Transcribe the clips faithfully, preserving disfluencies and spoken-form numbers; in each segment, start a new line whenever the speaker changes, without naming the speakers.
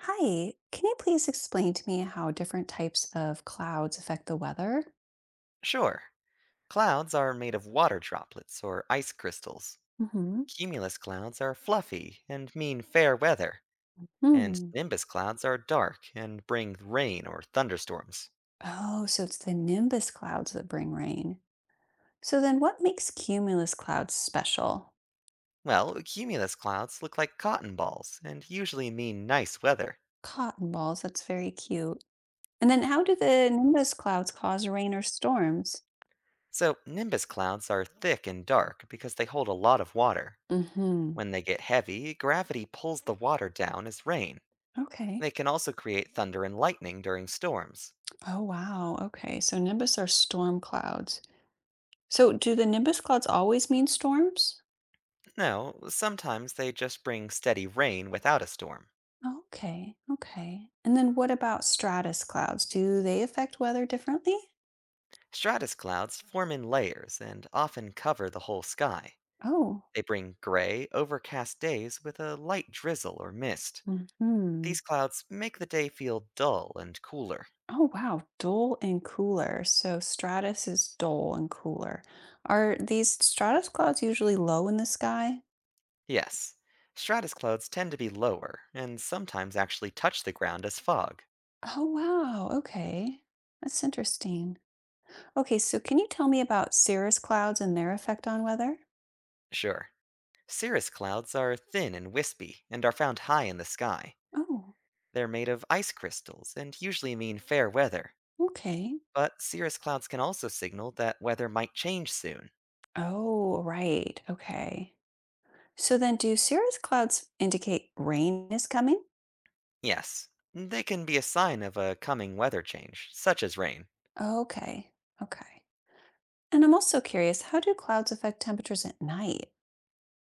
Hi, can you please explain to me how different types of clouds affect the weather?
Sure. Clouds are made of water droplets or ice crystals.
Mm-hmm.
Cumulus clouds are fluffy and mean fair weather, and
Hmm.
nimbus clouds are dark and bring rain or thunderstorms.
Oh, so it's the nimbus clouds that bring rain. So then what makes cumulus clouds special?
Well, cumulus clouds look like cotton balls and usually mean nice weather.
Cotton balls, that's very cute. And then how do the nimbus clouds cause rain or storms?
So, nimbus clouds are thick and dark because they hold a lot of water.
Mhm.
When they get heavy, gravity pulls the water down as rain.
Okay.
They can also create thunder and lightning during storms.
Oh, wow. Okay. So nimbus are storm clouds. So do the nimbus clouds always mean storms?
No, sometimes they just bring steady rain without a storm.
Okay, okay. And then what about stratus clouds? Do they affect weather differently?
Stratus clouds form in layers and often cover the whole sky.
Oh,
They bring gray, overcast days with a light drizzle or mist.
hmm.
These clouds make the day feel dull and cooler.
Oh, wow. Dull and cooler. So stratus is dull and cooler. Are these stratus clouds usually low in the sky?
Yes, stratus clouds tend to be lower and sometimes actually touch the ground as fog.
Oh, wow. Okay. That's interesting. Okay, so can you tell me about cirrus clouds and their effect on weather?
Sure. Cirrus clouds are thin and wispy and are found high in the sky.
Oh,
They're made of ice crystals and usually mean fair weather.
okay.
But cirrus clouds can also signal that weather might change soon.
Oh, right. Okay. So then, do cirrus clouds indicate rain is coming?
Yes, they can be a sign of a coming weather change, such as rain.
Okay. Okay. And I'm also curious, how do clouds affect temperatures at night?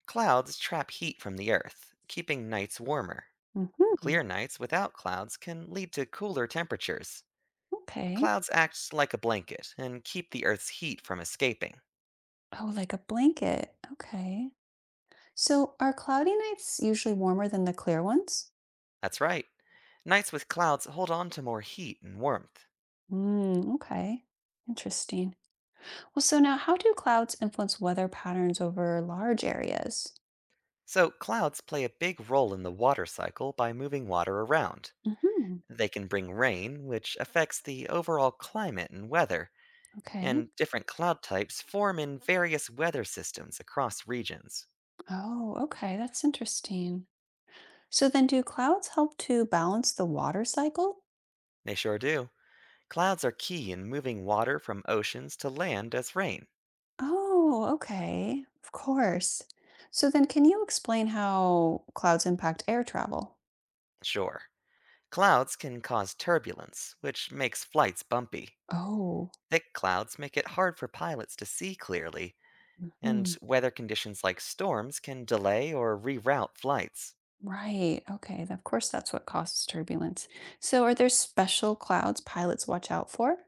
Clouds trap heat from the earth, keeping nights warmer.
Hmm.
Clear nights without clouds can lead to cooler temperatures.
Okay.
Clouds act like a blanket and keep the earth's heat from escaping.
Oh, like a blanket. Okay. So are cloudy nights usually warmer than the clear ones?
That's right. Nights with clouds hold on to more heat and warmth.
Mm, okay. Interesting. Well, so now how do clouds influence weather patterns over large areas?
So, clouds play a big role in the water cycle by moving water around.
Hmm.
They can bring rain, which affects the overall climate and weather,
Okay.
and different cloud types form in various weather systems across regions.
Oh, okay. That's interesting. So then do clouds help to balance the water cycle?
They sure do. Clouds are key in moving water from oceans to land as rain.
Oh, okay. Of course. So then, can you explain how clouds impact air travel?
Sure. Clouds can cause turbulence, which makes flights bumpy.
Oh,
Thick clouds make it hard for pilots to see clearly, and
mhm.
weather conditions like storms can delay or reroute flights.
Right. Okay. Of course, that's what causes turbulence. So, are there special clouds pilots watch out for?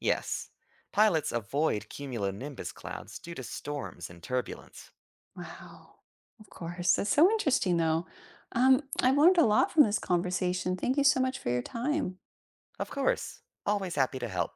Yes, pilots avoid cumulonimbus clouds due to storms and turbulence.
Wow. Of course. That's so interesting, though. Um, I've learned a lot from this conversation. Thank you so much for your time.
Of course, always happy to help.